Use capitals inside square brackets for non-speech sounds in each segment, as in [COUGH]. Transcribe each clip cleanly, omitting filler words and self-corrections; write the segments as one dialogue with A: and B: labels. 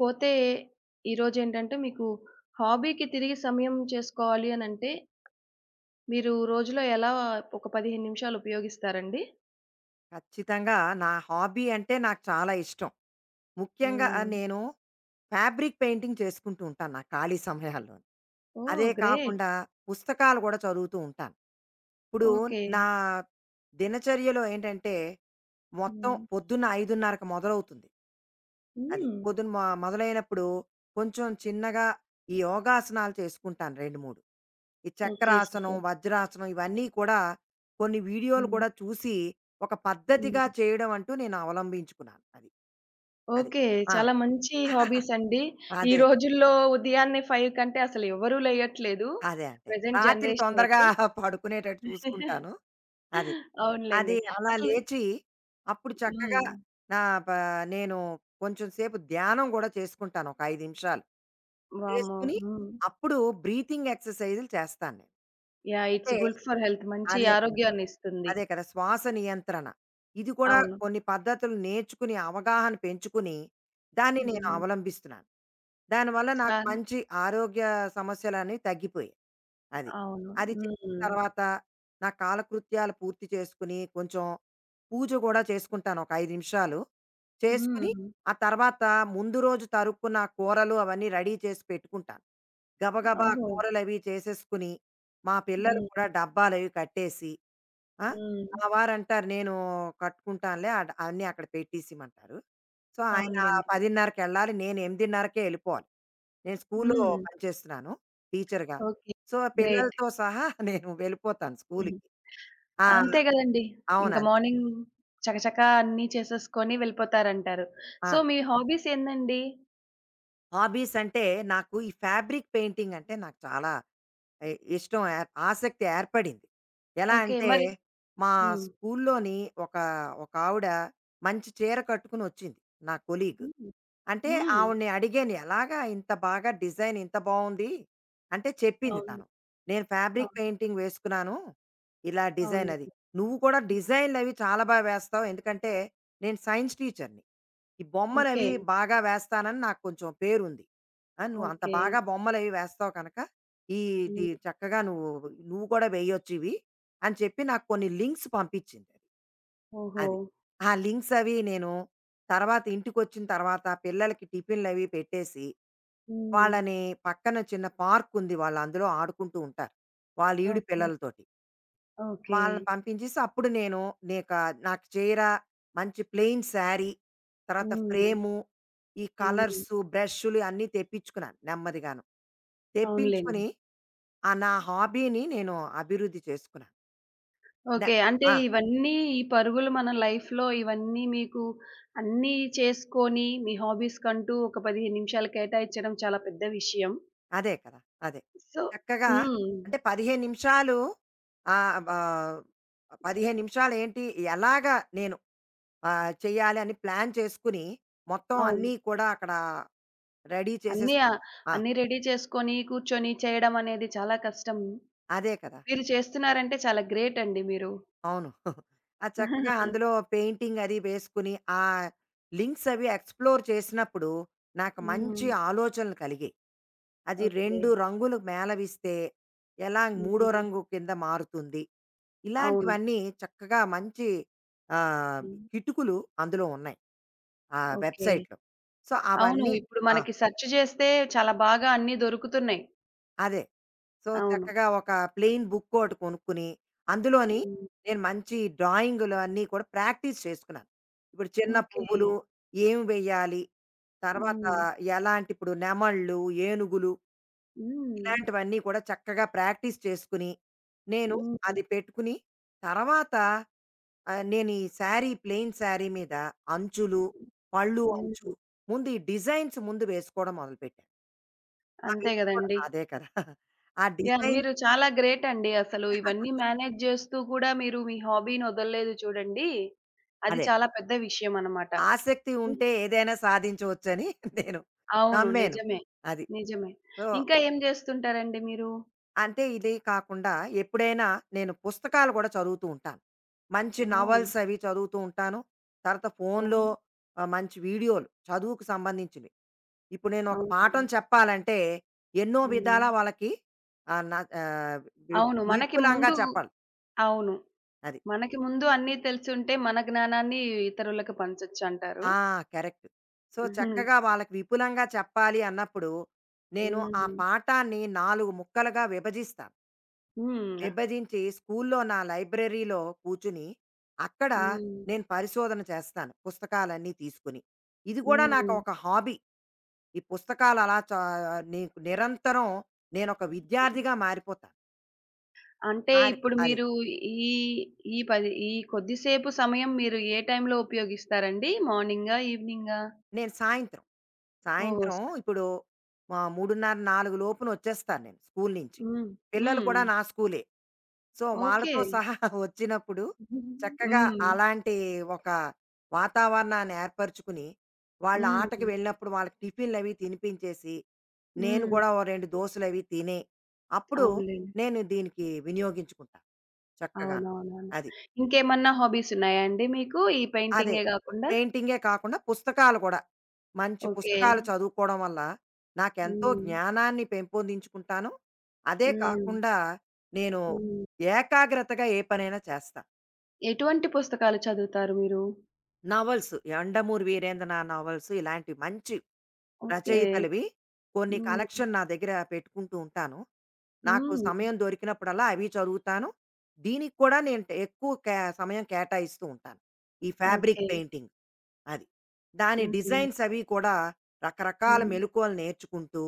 A: పోతే ఈరోజేంటంటే మీకు హాబీకి తిరిగి సమయం చేసుకోవాలి అనంటే, మీరు రోజులో ఎలా ఒక 15 నిమిషాలు ఉపయోగిస్తారండి?
B: ఖచ్చితంగా నా హాబీ అంటే నాకు చాలా ఇష్టం. ముఖ్యంగా
A: హ్మ్.
B: నేను ఫ్యాబ్రిక్ పెయింటింగ్ చేసుకుంటూ ఉంటాను నా ఖాళీ సమయాల్లో.
A: ఓహ్!
B: అదే
A: గ్రేట్.
B: కాకుండా పుస్తకాలు గూడా చదువుతూ ఉంటాను. ఇప్పుడు
A: ఓకే.
B: నా దినచర్యలో ఏంటంటే మొత్తం
A: హ్మ్.
B: పొద్దున్న 5:30కి మొదలవుతుంది. అది.
A: హ్మ్.
B: పొద్దున మొదలైనప్పుడు కొంచెం చిన్నగా ఈ యోగాసనాలు చేసుకుంటాను 2, 3. ఈ
A: ఓకే.
B: చక్రాసనం,
A: సూపర్.
B: వజ్రాసనం ఇవన్నీ కూడా కొన్ని వీడియోలు
A: హ్మ్.
B: కూడా చూసి ఒక పద్ధతిగా
A: హ్మ్.
B: చేయడం అంటూ నేను అవలంబించుకున్నాను. అది. అది.
A: ఓకే.
B: ఆ!
A: చాలా మంచి
B: [LAUGHS]
A: హాబీస్ అండి. ఈ
B: అదే.
A: రోజుల్లో ఉదయాన్నే 5 కంటే అసలు ఎవరూ లేయట్లేదు.
B: అదే అంటే.
A: ప్రెజెంట్
B: రాత్రి
A: జనరేషన్
B: తొందరగా
A: అయితే.
B: [LAUGHS] పడుకునేటట్టు చూసుకుంటాను.
A: [LAUGHS]
B: అది. అది
A: అవునులెండి.
B: అలా
A: అసలు
B: లేచి అప్పుడు చక్కగా
A: హ్మ్.
B: నా ప నేను కొంచెం సేపు ధ్యానం గూడా చేసుకుంటాను ఒక 5 నిమిషాలు.
A: వామ్మో!
B: చేసుకొని
A: హ్మ్.
B: అప్పుడు బ్రీతింగ్ ఎక్సర్‌సైజులు చేస్తాను నేను.
A: యాహ్! ఇట్స్
B: అంటే
A: గుడ్ ఫర్ హెల్త్. మంచి
B: అదే కదా!
A: ఆరోగ్యాన్నిస్తుంది.
B: అదే కదా! శ్వాస నియంత్రణ. ఇది కూడా
A: అవును.
B: కొన్ని పద్ధతులు నేర్చుకుని, అవగాహన పెంచుకుని, దాన్ని నేను
A: హ్మ్.
B: అవలంబిస్తున్నాను. దానివల్ల నాకు
A: చాలా
B: మంచి ఆరోగ్య సమస్యలనేవి తగ్గిపోయాయి. అది.
A: అవును.
B: అది చేసిన
A: హ్మ్.
B: తర్వాత నా కాలకృత్యాలు పూర్తి చేసుకుని, కొంచెం పూజ గూడా చేసుకుంటాను ఒక 5 నిమిషాలు. చేసుకుని,
A: హ్మ్.
B: ఆ తర్వాత ముందు రోజు తరుక్కున్న ఆ కూరలు అవన్నీ రెడీ చేసి పెట్టుకుంటాను. గబగబా
A: ఓహో!
B: కూరలవి చేసేసుకుని, మా పిల్లలు కూడా
A: హ్మ్.
B: డబ్బాలవి కట్టేసి ఆ!
A: హ్మ్.
B: ఆ వారంటారు నేను కట్టుకుంటానులే అడ్ అన్నీ అక్కడ పెట్టేసిమంటారు. సో, ఆయన
A: అవునులెండి.
B: 10:30కెళ్ళాలి. నేను 8:30కే ఎళ్ళిపోవాలి. నేను స్కూల్లో
A: హ్మ్.
B: హ్మ్. పనిచేస్తున్నాను టీచర్‌గా.
A: ఓకే.
B: So,
A: great.
B: పిల్లలతో సహా [LAUGHS] నేను వెళ్ళిపోతాను
A: హ్మ్.
B: స్కూలుకి. ఆ!
A: అంతే గదండీ.
B: అవును.
A: ఇంక
B: అంతే.
A: మార్నింగ్ చకచకా అన్నీ చేసేసుకొని వెళ్ళిపోతారంటారు.
B: ఆ!
A: సో, మీ హాబీస్ ఏందండి?
B: హాబీస్ అంటే నాకు ఈ ఫ్యాబ్రిక్ పెయింటింగ్ అంటే నాకు చాలా ఇ ఇష్టం ఏర్ ఆసక్తి ఏర్పడింది. ఎలా
A: ఓకే.
B: అంటే
A: మరి
B: మా
A: హ్మ్.
B: స్కూల్లోని ఒక ఒకావిడ మంచి చీర కట్టుకునొచ్చింది నా కొలీగ్.
A: హ్మ్.
B: అంటే
A: హ్మ్.
B: ఆవిడని అడిగాను, "ఎలాగా ఇంత బాగా డిజైన్ ఇంత బావుంది?" అంటే చెప్పింది
A: అవును.
B: తను. "నేను ఫ్యాబ్రిక్
A: అవును.
B: పెయింటింగ్ వేసుకున్నాను. ఇలా డిజైన్ అది.
A: అవునులెండి.
B: నువ్వు కూడా డిజైన్‌లవి చాలా బా వేస్తావు. ఎందుకంటే నేను సైన్స్ టీచర్‌ని." ఈ
A: ఓకే.
B: బొమ్మలవి బాగా వేస్తానని నాకు కొంచెం పేరుంది. ఆ! నువ్వు అంత
A: ఓకే.
B: బాగా బొమ్మలవి వేస్తావు కనుక, ఈ ఇది
A: హ్మ్.
B: చక్కగా నువ్వు కూడా వేయొచ్చివి అని చెప్పి నాకు కొన్ని లింక్స్ పంపించింది. అది.
A: ఓహో!
B: అది ఆ లింక్స్ అవి నేను తర్వాత ఇంటికొచ్చిన తర్వాత పిల్లలకి టిఫిన్‌లవి పెట్టేసి,
A: హ్మ్.
B: వాళ్ళని పక్కన చిన్న పార్కుంది. వాళ్ళు అందులో ఆడుకుంటూ ఉంటారు. వాళ్ళ ఈడు
A: ఓకే.
B: పిల్లలతోటి.
A: ఓకే.
B: వాళ్ళని పంపించేసి అప్పుడు నేను నీక నాకు చీర, మంచి ప్లెయిన్ శారీ, తర్వాత
A: హ్మ్.
B: ఫ్రేము, ఈ
A: హ్మ్.
B: కలర్సు, బ్రష్‌లు అన్నీ తెప్పించుకున్నాను నెమ్మదిగాను.
A: అవునులెండి.
B: తెప్పించుకొని ఆ నా హాబీని నేను అభివృద్ధి చేసుకున్నాను. న
A: ఓకే. అంటే
B: ఆ!
A: ఇవన్నీ ఈ పరుగులు మన లైఫ్‌లో ఇవన్నీ మీకు అన్నీ చేసుకొని మీ హాబీస్‌కంటూ ఒక 15 నిమిషాలు కేటాయించడం చాలా పెద్ద విషయం.
B: అదే కదా! అదే.
A: సో
B: చక్కగా
A: హ్మ్.
B: అంటే 15 నిమిషాలు ఆహ్, వ 15 నిమిషాలేంటి ఎలాగా నేను చేయాలి అని ప్లాన్ చేసుకుని మొత్తం
A: అవును.
B: అన్నీ కూడా అక్కడ రెడీ
A: అన్నీ
B: చేసేసుకుని ఆ!
A: అన్నీ రెడీ చేసుకొని కూర్చొని చేయడం అనేది చాలా కష్టం.
B: అదే కదా!
A: మీరు చేస్తున్నారంటే చాలా గ్రేట్ అండి మీరు.
B: అవును. [LAUGHS] ఆ చక్కగా
A: [LAUGHS]
B: అందులో పెయింటింగ్ అది వేసుకుని, ఆ లింక్స్ అవి ఎక్స్‌ప్లోర్ చేసినప్పుడు నాకు మంచి
A: హ్మ్.
B: ఆలోచనలు కలిగాయి. అది
A: ఓకే.
B: 2 రంగులు మేళవిస్తే ఎలా మూడో
A: హ్మ్.
B: రంగు కింద మారుతుంది.
A: అవును.
B: ఇలాంటివన్నీ చక్కగా మంచి ఆహ్,
A: హ్మ్.
B: కిటుకులు అందులో ఉన్నాయి. ఆ
A: ఓకే.
B: వెబ్‌సైట్‌లో. సో
A: అవును.
B: అవన్నీ
A: ఇప్పుడు
B: ఆ!
A: మనకి సెర్చ్ చేస్తే చాలా బాగా అన్నీ దొరుకుతున్నాయి.
B: అదే. సో,
A: అవును.
B: చక్కగా ఒక ప్లెయిన్ బుక్ ఒకటి కొనుక్కుని, అందులోని
A: హ్మ్.
B: నేను మంచి డ్రాయింగులు అన్నీ కూడా ప్రాక్టీస్ చేసుకున్నాను. ఇప్పుడు చిన్న
A: ఓకే.
B: పువ్వులు ఏమి వెయ్యాలి? తర్వాత
A: హ్మ్.
B: ఎలాంటి ఇప్పుడు నెమళ్ళు, ఏనుగులు
A: హ్మ్.
B: ఇలాంటివన్నీ కూడా చక్కగా ప్రాక్టీస్ చేసుకుని, నేను
A: హ్మ్.
B: అది పెట్టుకుని తర్వాత నేను ఈ శారీ ప్లెయిన్ శారీ మీద అంచులు, పళ్ళు అంచు
A: హ్మ్.
B: ముందు ఈ డిజైన్స్ ముందు వేసుకోవడం మొదలుపెట్టాను. ఆ!
A: అంతే
B: వేసి కూడా
A: గదండీ!
B: అదే కదా! ఆ
A: యాహ్!
B: డిజైన్
A: మీరు చాలా గ్రేట్ అండి. అసలు ఇవన్నీ
B: [LAUGHS]
A: మేనేజ్ జేస్తూ కూడా మీరు మీ హాబీని వదలలేదు చూడండి. అది
B: అదే.
A: చాలా పెద్ద విషయం అన్నమాట.
B: ఆసక్తి ఉంటే
A: ఇంక్
B: ఏదైనా సాధించవచ్చని [LAUGHS] నేను
A: అవును.
B: నమ్మాను.
A: నిజమే.
B: అది.
A: నిజమే.
B: సో,
A: ఇంకా ఏం జేస్తుంటారండి మీరు?
B: అంటే ఇది కాకుండా ఎప్పుడైనా నేను పుస్తకాలు కూడా చదువుతూ ఉంటాను. మంచి
A: ఓహ్!
B: నవల్స్ అవి చదువుతూ ఉంటాను. తర్వాత ఫోన్‌లో
A: ఓహ్!
B: మంచి వీడియోలు చదువుకు సంబంధించినవి. ఇప్పుడు నేను ఒక పాఠం
A: అవునండి.
B: చెప్పాలంటే ఎన్నో
A: హ్మ్.
B: విధాలా వాళ్ళకి ఆహ్, న ఆహ్, వి
A: అవును. మనకి
B: విపులంగా
A: ముందు
B: చెప్పాలి.
A: అవును.
B: అది.
A: మనకి ముందు అన్నీ తెలిసుంటే మన జ్ఞానాన్ని ఇతరులకు పంచొచ్చంటారు.
B: ఆ! కరెక్ట్. సో, చక్కగా వాళ్ళకి విపులంగా చెప్పాలి అన్నప్పుడు, నేను ఆ
A: హ్మ్.
B: పాఠాన్ని 4 ముక్కలుగా విభజిస్తాను.
A: హ్మ్.
B: విభజించి స్కూల్లో నా లైబ్రరీలో కూర్చుని, అక్కడ
A: హ్మ్.
B: నేను పరిశోధన చేస్తాను పుస్తకాలన్నీ తీసుకుని. ఇది కూడా
A: హ్మ్.
B: నాకు ఒక హాబీ. ఈ పుస్తకాలు అలా చా ని నిరంతరం నేనొక విద్యార్థిగా మారిపోతాను.
A: అంటే
B: మారి
A: ఇప్పుడు
B: అది.
A: మీరు ఈ ఈ పది ఈ కొద్దిసేపు సమయం మీరు ఏ టైంలో ఉపయోగిస్తారండి? మార్నింగా? ఈవెనింగా?
B: నేను
A: ఓహ్!
B: సాయంత్రం
A: స్
B: ఇప్పుడు 3:30, 4 లోపునొచ్చేస్తాను నేను స్కూలు నుంచి.
A: హ్మ్.
B: పిల్లలు
A: హ్మ్.
B: కూడా నా స్కూలే. So,
A: okay.
B: వాళ్ళతో సహా [LAUGHS] వచ్చినప్పుడు చక్కగా
A: హ్మ్.
B: అలాంటి ఒక వాతావరణాన్ని ఏర్పరుచుకుని, వాళ్ళు ఆటకి
A: హ్మ్.
B: వెళ్ళినప్పుడు వాళ్ళకి టిఫిన్‌లవి తినిపించేసి, నేను
A: హ్మ్.
B: గూడా ఓ 2 దోసలవి తిని, అప్పుడు
A: అవునులెండి.
B: నేను దీనికి వినియోగించుకుంటాను చక్కగాను.
A: అవునవునవును.
B: అది.
A: ఇంకేమన్నా హాబీస్ ఉన్నాయా అండి మీకు? ఈ
B: అదే.
A: పెయింటింగే గాకుండా?
B: పెయింటింగే కాకుండా పుస్తకాలు గూడా. మంచి
A: ఓకే.
B: పుస్తకాలు చదువుకోవడం వల్ల నాకెంతో
A: హ్మ్.
B: జ్ఞానాన్ని పెంపొందించుకుంటాను. అదే
A: హ్మ్.
B: కాకుండా నేను
A: హ్మ్.
B: ఏకాగ్రతగా ఏ పనైనా చేస్తాను.
A: ఎటువంటి పుస్తకాలు చదువుతారు మీరు?
B: నవల్స్. 'యండమూరి వీరేంద్రనాథ్' నవల్స్ ఇలాంటి మంచి
A: ఓకే.
B: రచయితలవి కొన్ని
A: హ్మ్.
B: కలెక్షన్ నా దగ్గర పెట్టుకుంటూ ఉంటాను. నాకు
A: హ్మ్.
B: సమయం దొరికినప్పుడల్లా అవి చదువుతాను. దీనికి కూడా నేను ట్ ఎక్కువ కే సమయం కేటాయిస్తూ ఉంటాను. ఈ ఫ్యాబ్రిక్
A: ఓకే.
B: పెయింటింగ్ అది. దాని
A: హుహు.
B: డిజైన్స్ అవి కూడా రకరకాల
A: హ్మ్.
B: మెళకువలు నేర్చుకుంటూ,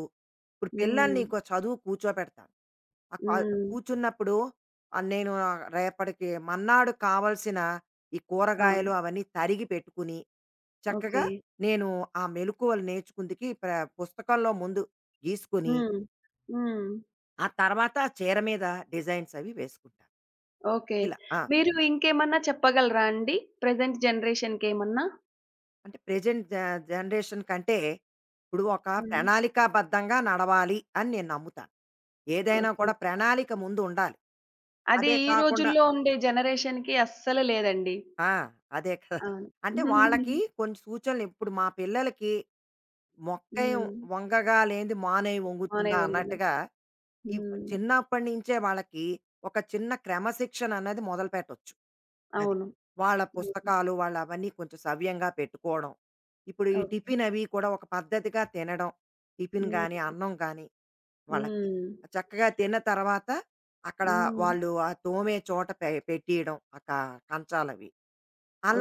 B: ఇప్పుడు
A: హ్మ్.
B: పిల్లల్ని కొ చదువు కూర్చోబెడతాను. ఆ క
A: హ్మ్.
B: కూర్చున్నప్పుడు నేను ఆ రేపటికి మన్నాడు కావాల్సిన ఈ
A: అవును.
B: కూరగాయలు అవన్నీ తరిగి పెట్టుకుని చక్కగా
A: ఓకే.
B: నేను ఆ మెలకువలు నేర్చుకుందికి పుస్తకంలో ముందు గీసుకుని,
A: హ్మ్. హ్మ్.
B: ఆ తర్వాత చీర మీద డిజైన్స్ అవి వేసుకుంటాను.
A: ఓకే.
B: ఇలా. ఆ!
A: మీరు ఇంకేమన్నా చెప్పగలరా అండి? ప్రెజెంట్ జనరేషన్‌కేమన్నా?
B: అంటే ప్రెజెంట్ జ జనరేషన్ కంటే ఇప్పుడు ఒక
A: హ్మ్.
B: ప్రణాళికాబద్ధంగా నడవాలి అని నేను నమ్ముతాను. ఏదైనా
A: ఓకే.
B: కూడా ప్రణాళిక ముందు ఉండాలి.
A: అది
B: అదే
A: ఈ
B: కాకుండా
A: రోజుల్లో ఉండే జనరేషన్‌కి అస్సలు లేదండి.
B: ఆ! అదే కదా!
A: అవును.
B: అంటే వాళ్ళకి
A: [LAUGHS]
B: కొన్ని సూచనలు ఇప్పుడు మా పిల్లలకి మొక్కే
A: హ్మ్.
B: వంగగా లేనిది మానై
A: మౌనే
B: వంగుతుందా
A: వంగున.
B: అన్నట్టుగా ఈ
A: హ్మ్.
B: చిన్నప్పటి నుంచే వాళ్ళకి ఒక చిన్న క్రమశిక్షణ అన్నది మొదలు పెట్టొచ్చు. అది
A: అవును.
B: వాళ్ళ
A: అవును.
B: పుస్తకాలు వాళ్ళ అవన్నీ కొంచెం సవ్యంగా పెట్టుకోవడం, ఇప్పుడు ఈ
A: ఓకే.
B: టిఫిన్ అవి కూడా ఒక పద్ధతిగా తినడం, టిఫిన్ కానీ
A: హ్మ్.
B: అన్నం కానీ వాళ్ళకి
A: హ్మ్.
B: చక్కగా తిన్న తర్వాత అక్కడ
A: హ్మ్.
B: వాళ్ళు ఆ తోమే చోట పెట్టేయడం కంచాలవి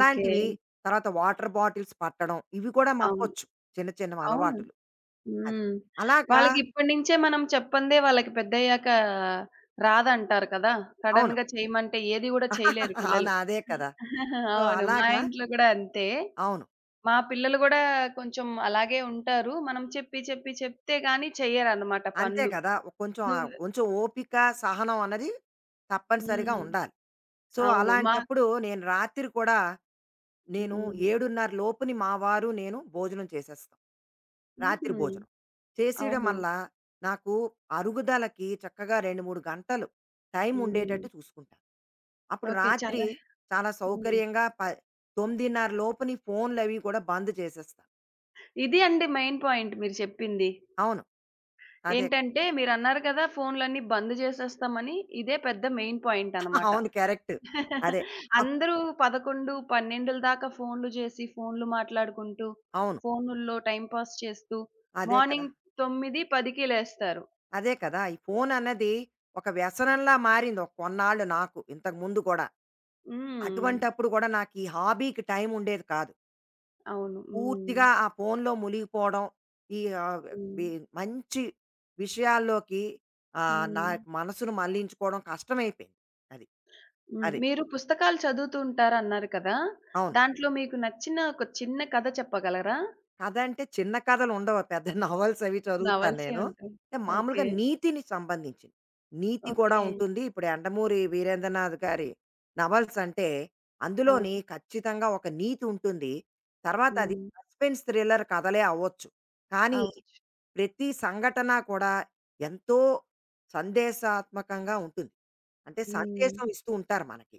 A: ఓకే.
B: తర్వాత వాటర్ బాటిల్స్ పట్టడం ఇవి కూడా
A: అవును.
B: మప్పొచ్చు. చిన్న చిన్న
A: అవును.
B: అలవాటులు. అది.
A: హ్మ్.
B: అలాగా
A: వాళ్ళకి ఇప్పటి నుంచే మనం చెప్పందే వాళ్ళకి పెద్దయ్యాక రాదంటారు కదా!
B: అవును.
A: సడెన్‌గా చేయమంటే ఏది గూడా చేయలేరు
B: [LAUGHS] అవును.
A: పిల్లలు.
B: అదే కదా! సో,
A: అవును. మా
B: అలాగా
A: ఇంట్లో గూడా అంతే.
B: అవును.
A: మా పిల్లలు గూడా కొంచెం అలాగే ఉంటారు. మనం చెప్పి చెప్పి చెప్తే గాని చెయ్యరన్నమాట
B: అంతే
A: పనులు.
B: కదా! కొంచెం
A: నువ్వు
B: కొంచెం ఓపిక, సహనం అన్నది తప్పనిసరిగా
A: హ్మ్.
B: ఉండాలి. సో,
A: అవును. మా
B: అలాంటప్పుడు నేను రాత్రి కూడా నేను
A: హ్మ్.
B: 7:30 లోపుని మా వారు, నేను భోజనం చేసేస్తాం. రాత్రి
A: హుహు.
B: భోజనం. చేసేయడం
A: అవును.
B: వల్ల నాకు అరుగుదలకి చక్కగా 2, 3 గంటలు టైం
A: హ్మ్.
B: ఉండేటట్టు చూసుకుంటాను. అప్పుడు
A: ఓకే.
B: రాత్రి
A: చాలా
B: చాలా
A: హ్మ్.
B: సౌకర్యంగా 9:30 లోపుని ఫోన్‌లవి కూడా బంద్ చేసేస్తా.
A: ఇది అండి మెయిన్ పాయింట్ మీరు చెప్పింది.
B: అవును. అదే.
A: ఏంటంటే మీరన్నారు కదా! ఫోన్‌లన్నీ బంద్ జేసేస్తామని. ఇదే పెద్ద మెయిన్
B: [LAUGHS]
A: పాయింటనమాట.
B: అవును. కరెక్ట్. అదే.
A: [LAUGHS]
B: అప్
A: అందరూ 11, 12ల దాకా ఫోన్‌లు జేసి, ఫోన్‌లు మాట్లాడుకుంటూ,
B: అవును.
A: ఫోనుల్లో టైమ్ పాస్ చేస్తూ,
B: అదే కదా!
A: మార్నింగ్ 9, 10కి లేస్తారు.
B: అదే కదా! ఈ ఫోనన్నది ఒక వ్యసనంలా మారింది ఒక కొన్నాళ్ళు నాకు. ఇంతకు ముందు కూడా.
A: హ్మ్.
B: అటువంటప్పుడు కూడా నాకీ హాబీకి టైం ఉండేది కాదు.
A: అవును. హ్మ్.
B: పూర్తిగా ఆ ఫోన్‌లో మునిగిపోవడం, ఈ ఆహ్,
A: హ్మ్.
B: వి మంచి విషయాల్లోకి ఆహ్, నా
A: హ్మ్.
B: మనసును మళ్లించుకోవడం కష్టమైపోయింది. అది.
A: హ్మ్.
B: అది.
A: మీరు పుస్తకాలు చదువుతూ ఉంటారన్నారు కదా!
B: అవును.
A: దాంట్లో మీకు నచ్చిన ఒక చిన్న కథ చెప్పగలరా?
B: కథ అంటే చిన్న కథలుండవు. పెద్ద నవల్స్ అవి చదువుతాను
A: నవల్సే
B: నేను.
A: ఉంటాయి.
B: అంటే మామూలుగా
A: ఓకే.
B: నీతిని సంబంధించింది. నీతి కూడా
A: ఓకే.
B: ఉంటుంది. ఇప్పుడు 'యండమూరి వీరేంద్రనాథ్' గారి నవల్స్ అంటే, అందులోని
A: అవును.
B: ఖచ్చితంగా ఒక నీతి ఉంటుంది. తర్వాత అది
A: హ్మ్.
B: సస్పెన్స్ థ్రిల్లర్ కథలే అవ్వచ్చు. కానీ
A: అవును.
B: ప్రతి సంఘటన కూడా ఎంతో సందేశాత్మకంగా ఉంటుంది. అంటే
A: హ్మ్.
B: సందేశం ఇస్తూ ఉంటారు మనకి.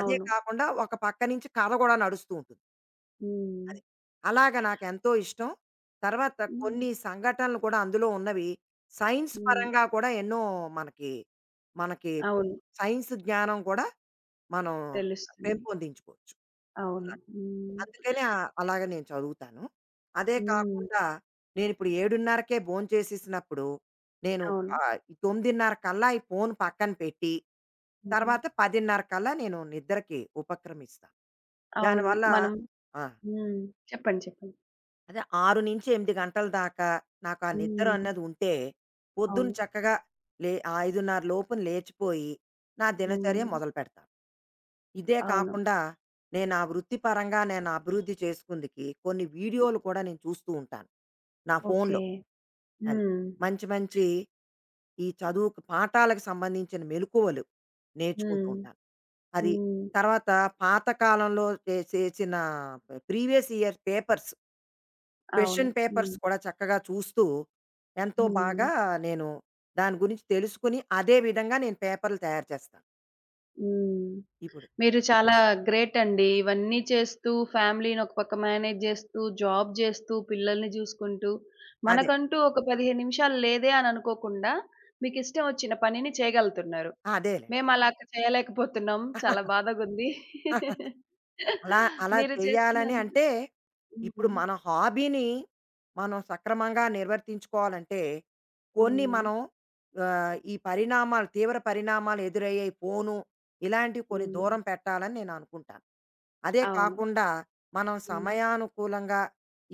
B: అదే
A: అవును.
B: కాకుండా ఒక పక్క నుంచి కథ కూడా నడుస్తూ ఉంటుంది.
A: హ్మ్.
B: అది. అలాగ నాకెంతో ఇష్టం. తర్వాత
A: హ్మ్.
B: కొన్ని సంఘటనలు కూడా అందులో ఉన్నవి సైన్స్
A: హ్మ్.
B: పరంగా కూడా ఎన్నో మనకి, మనకి
A: అవును.
B: సైన్స్ జ్ఞానం కూడా మనం
A: తెలుస్తుంది.
B: పెంపొందించుకోవచ్చు.
A: అవును. హ్మ్.
B: అందుకని ఆ అలాగ నేను చదువుతాను. అదే
A: హ్మ్.
B: కాకుండా నేనిప్పుడు 7:30కే భోంచేసేసినప్పుడు, నేను
A: అవును.
B: ఆహ్, 9:30 కల్లా ఈ ఫోను పక్కన పెట్టి,
A: హ్మ్.
B: తర్వాత 10:30 కల్లా నేను నిద్రకి ఉపక్రమిస్తా.
A: అవును.
B: దానివల్ల
A: మనం
B: ఆ!
A: హ్మ్. చెప్పండి. చెప్పండి.
B: అదే 6-8 గంటల దాకా నాకు ఆ నిద్ర
A: హ్మ్.
B: అన్నది ఉంటే, పొద్దున
A: అవును.
B: చక్కగా లే 5:30 లోపున లేచిపోయి, నా దినచర్య
A: హ్మ్.
B: మొదలుపెడతాను. ఇదే
A: అవును.
B: కాకుండా నేను ఆ వృత్తిపరంగా నేను అభివృద్ధి చేసుకుందుకి కొన్ని వీడియోలు కూడా నేను చూస్తూ ఉంటాను. నా
A: ఓకే.
B: ఫోన్‌లో. అది.
A: హ్మ్.
B: మంచి మంచి ఈ చదువుకు పాఠాలకు సంబంధించిన మెళకువలు నేర్చుకుంటూ
A: హ్మ్.
B: ఉంటాను. అది.
A: హ్మ్.
B: తర్వాత పాత కాలంలో చేసిన ప్రీవియస్ ఇయర్ పేపర్స్
A: అవును.
B: క్వెషన్ పేపర్స్
A: హ్మ్.
B: కూడా చక్కగా చూస్తూ ఎంతో బాగా
A: హ్మ్.
B: నేను దాని గురించి తెలుసుకుని అదే విధంగా నేను పేపర్‌లు తయారు చేస్తాను
A: హ్మ్.
B: ఇప్పుడు.
A: మీరు చాలా గ్రేట్ అండి. ఇవన్నీ చేస్తూ, ఫ్యామిలీని ఒక పక్క మేనేజ్ జేస్తూ, జాబ్ జేస్తూ, పిల్లల్ని జూసుకుంటూ,
B: అదే.
A: మనకంటూ ఒక 15 నిమిషాలు లేదే అని అనుకోకుండా, మీకిష్టం వచ్చిన పనిని చేయగలుగుతున్నారు.
B: అదేలెండి.
A: మేమలా చేయలేకపోతున్నాం. చాలా
B: [LAUGHS]
A: బాధగుంది. [LAUGHS]
B: అలా అలా
A: మీరు
B: చేయాలని
A: చేస్తున్నందుకు
B: అంటే, ఇప్పుడు
A: హ్మ్.
B: మన హాబీని మనం సక్రమంగా నిర్వర్తించుకోవాలంటే, కొన్ని
A: హ్మ్.
B: మనం ఈ పరిణామాలు తీవ్ర పరిణామాలు ఎదురయ్యే ఫోను, ఇలాంటివి కొన్ని
A: హ్మ్.
B: దూరం పెట్టాలని నేను అనుకుంటాను. అదే
A: అవును.
B: కాకుండా మనం
A: హ్మ్.
B: సమయానుకూలంగా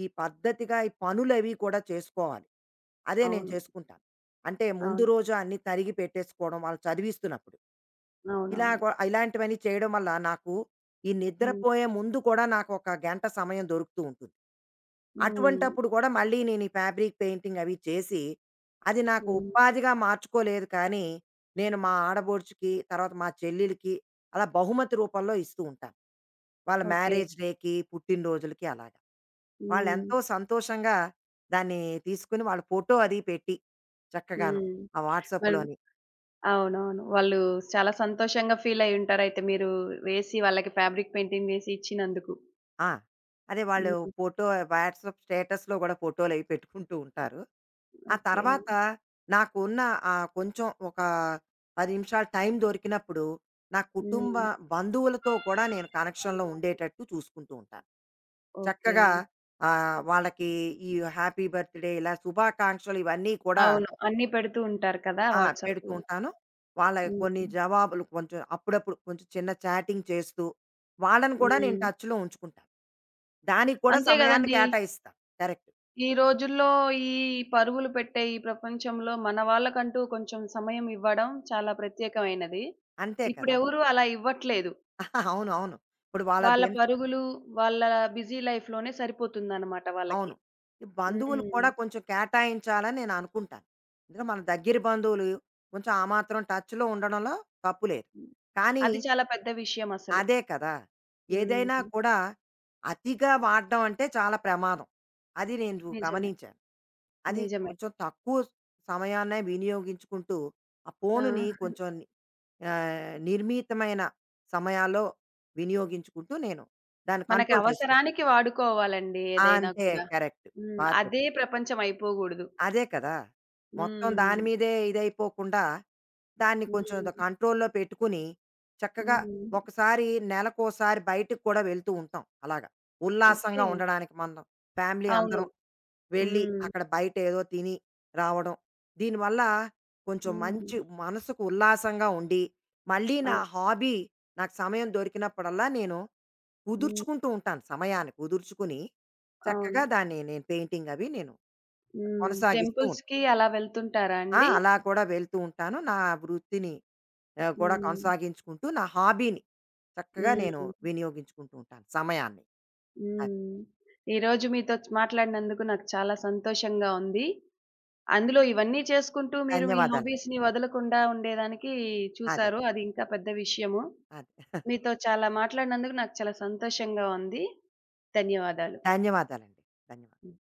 B: ఈ పద్ధతిగా ఈ పనులవి కూడా చేసుకోవాలి. అదే నేను
A: అవును.
B: చేసుకుంటాను. అంటే ముందు
A: అవును.
B: రోజు అన్నీ తరిగి పెట్టేసుకోవడం, వాళ్ళు చదివిస్తున్నప్పుడు.
A: అవునవును.
B: ఇలాంటివన్నీ చేయడం వల్ల నాకు ఈ
A: హ్మ్.
B: నిద్రపోయే ముందు కూడా నాకొక గంట సమయం దొరుకుతూ ఉంటుంది.
A: హ్మ్.
B: అటువంటప్పుడు కూడా మళ్ళీ నేను ఈ ఫ్యాబ్రిక్ పెయింటింగ్ అవి చేసి, అది నాకు
A: హ్మ్.
B: ఉపాధిగా మార్చుకోలేదు కానీ, నేను మా ఆడబొడుచుకి, తర్వాత మా చెల్లెలికి అలా బహుమతి రూపంలో ఇస్తూ ఉంటాను. వాళ్ళ
A: ఓకే.
B: మ్యారేజ్ డేకి, పుట్టినరోజులకి అలాగా.
A: హ్మ్.
B: వాళ్ళెంతో సంతోషంగా దాన్ని తీసుకుని వాళ్ళ ఫోటో అది పెట్టి చక్కగాను.
A: హ్మ్.
B: ఆ
A: మరి
B: వాట్సాప్‌లోని.
A: అవునవును. వాళ్ళు చాలా సంతోషంగా ఫీలయ్యి ఉంటారయితే మీరు వేసి వాళ్ళకి ఫ్యాబ్రిక్ పెయింటింగ్ వేసి ఇచ్చినందుకు.
B: ఆ! అదే వాళ్ళు
A: హ్మ్.
B: ఫోటో వాట్సాప్ స్టేటస్‌లో గూడా ఫోటోలవి పెట్టుకుంటూ ఉంటారు. ఆ
A: ఓకే.
B: తర్వాత నాకున్న కొంచెం ఒక 10 నిమిషాలు టైం దొరికినప్పుడు, నా కుటుంబ
A: హ్మ్.
B: బంధువులతో కూడా నేను కనెక్షన్‌లో ఉండేటట్టు చూసుకుంటూ ఉంటాను.
A: ఓకే.
B: చక్కగా వాళ్ళకి ఈ హ్యాపీ బర్త్‌డే ఇలా శుభాకాంక్షలు ఇవన్నీ కూడా
A: అవును. అన్నీ పెడుతూ ఉంటారు కదా!
B: ఆ! పెడుతూ
A: వాట్సాప్‌లో.
B: ఉంటాను. వాళ్ళ కొన్ని
A: హ్మ్.
B: జవాబులు కొంచెం అప్పుడప్పుడు కొంచెం చిన్న చాటింగ్ చేస్తూ, వాళ్ళని కూడా నేను
A: హ్మ్.
B: టచ్‌లో ఉంచుకుంటాను. దానికి కూడా
A: అంతే
B: సమయాన్ని
A: గదండీ!
B: కేటాయిస్తా. కరెక్ట్.
A: ఈ రోజుల్లో ఈ పరుగులు పెట్టే ఈ ప్రపంచంలో మన వాళ్ళకంటూ కొంచెం సమయం ఇవ్వడం చాలా ప్రత్యేకమైనది.
B: అంతే కదా!
A: ఇప్పుడెవరు అలా ఇవ్వట్లేదు.
B: [LAUGHS] ఆహా, అవును. అవును. ఇప్పుడు వాళ్ళ
A: వాళ్ళ
B: దిన
A: పరుగులు, వాళ్ళ బిజీ లైఫ్‌లోనే సరిపోతుందన్నమాట వాళ్ళకి.
B: అవును. ఈ బంధువులు
A: హ్మ్.
B: కూడా కొంచెం కేటాయించాలని నేను అనుకుంటాను. ఎందుకంటే మన దగ్గర బంధువులు కొంచెం ఆ మాత్రం టచ్‌లో ఉండడంలో తప్పు లేదు.
A: హ్మ్.
B: కానీ
A: అది చాలా పెద్ద విషయమసలు.
B: అదే కదా! ఏదైనా
A: హ్మ్.
B: కూడా అతిగా వాడడం అంటే చాలా ప్రమాదం. అది నేను
A: నిజమే.
B: గమనించాను. అది
A: నిజమే.
B: కొంచెం తక్కువ సమయాన్నే వినియోగించుకుంటూ, ఆ
A: ఆ!
B: ఫోనుని కొంచెం నిర్మితమైన సమయాల్లో వినియోగించుకుంటూ నేను దాన్ని
A: మనకి
B: కంట్రోల్ చేసుకుంటా.
A: అవసరానికి వాడుకోవాలండి ఏదైనా
B: అంతే
A: కూడా.
B: కరెక్ట్.
A: హ్మ్.
B: బా
A: అదే
B: చెప్పావు.
A: ప్రపంచం అయిపోగూడదు.
B: అదే కదా! మొత్తం దాని
A: హ్మ్.
B: మీదే ఇదైపోకుండా, దాన్ని కొంచెం
A: హ్మ్.
B: కంట్రోల్‌లో పెట్టుకుని, చక్కగా
A: హ్మ్.
B: ఒకసారి నెలకోసారి బయటికి కూడా వెళ్తూ ఉంటాం అలాగా. ఉల్లాసంగా
A: ఓకే.
B: ఉండడానికి మనం ఫ్యామిలీ
A: అవును.
B: అందరం వెళ్ళి,
A: హ్మ్.
B: అక్కడ బయట ఏదో తిని రావడం. దీనివల్ల కొంచెం
A: హ్మ్.
B: మంచి మనసుకు ఉల్లాసంగా ఉండి, మళ్ళీ నా
A: అవును.
B: హాబీ నాకు సమయం దొరికినప్పుడల్లా నేను
A: హ్మ్.
B: కుదుర్చుకుంటూ ఉంటాను సమయాన్ని. కుదుర్చుకుని
A: అవును.
B: చక్కగా దాన్ని నేను పెయింటింగ్ అవి నేను
A: హ్మ్.
B: కొనసాగిస్తూ ఉంటాను.
A: టెంపుల్స్‌కి అలా వెళ్తుంటారా
B: ఆ!
A: అండి?
B: అలా కూడా వెళ్తూ ఉంటాను. నా వృత్తిని కూడా
A: హ్మ్.
B: కొనసాగించుకుంటూ నా హాబీని చక్కగా నేను
A: హ్మ్.
B: వినియోగించుకుంటూ ఉంటాను సమయాన్ని. అది.
A: హ్మ్. ఈరోజు మీతో చ్ మాట్లాడినందుకు నాకు చాలా సంతోషంగా ఉంది. అందులో ఇవన్నీ చేసుకుంటూ మీరు మీ
B: ధన్యవాదాలండి.
A: హాబీస్‌ని వదలకుండా ఉండేదానికి
B: అదే.
A: చూసారు. అది ఇంకా పెద్ద విషయము.
B: అదే. [LAUGHS]
A: మీతో చాలా మాట్లాడినందుకు నాకు చాలా సంతోషంగా ఉంది. ధన్యవాదాలు.
B: ధన్యవాదాలండి. ధన్యవాదాలు.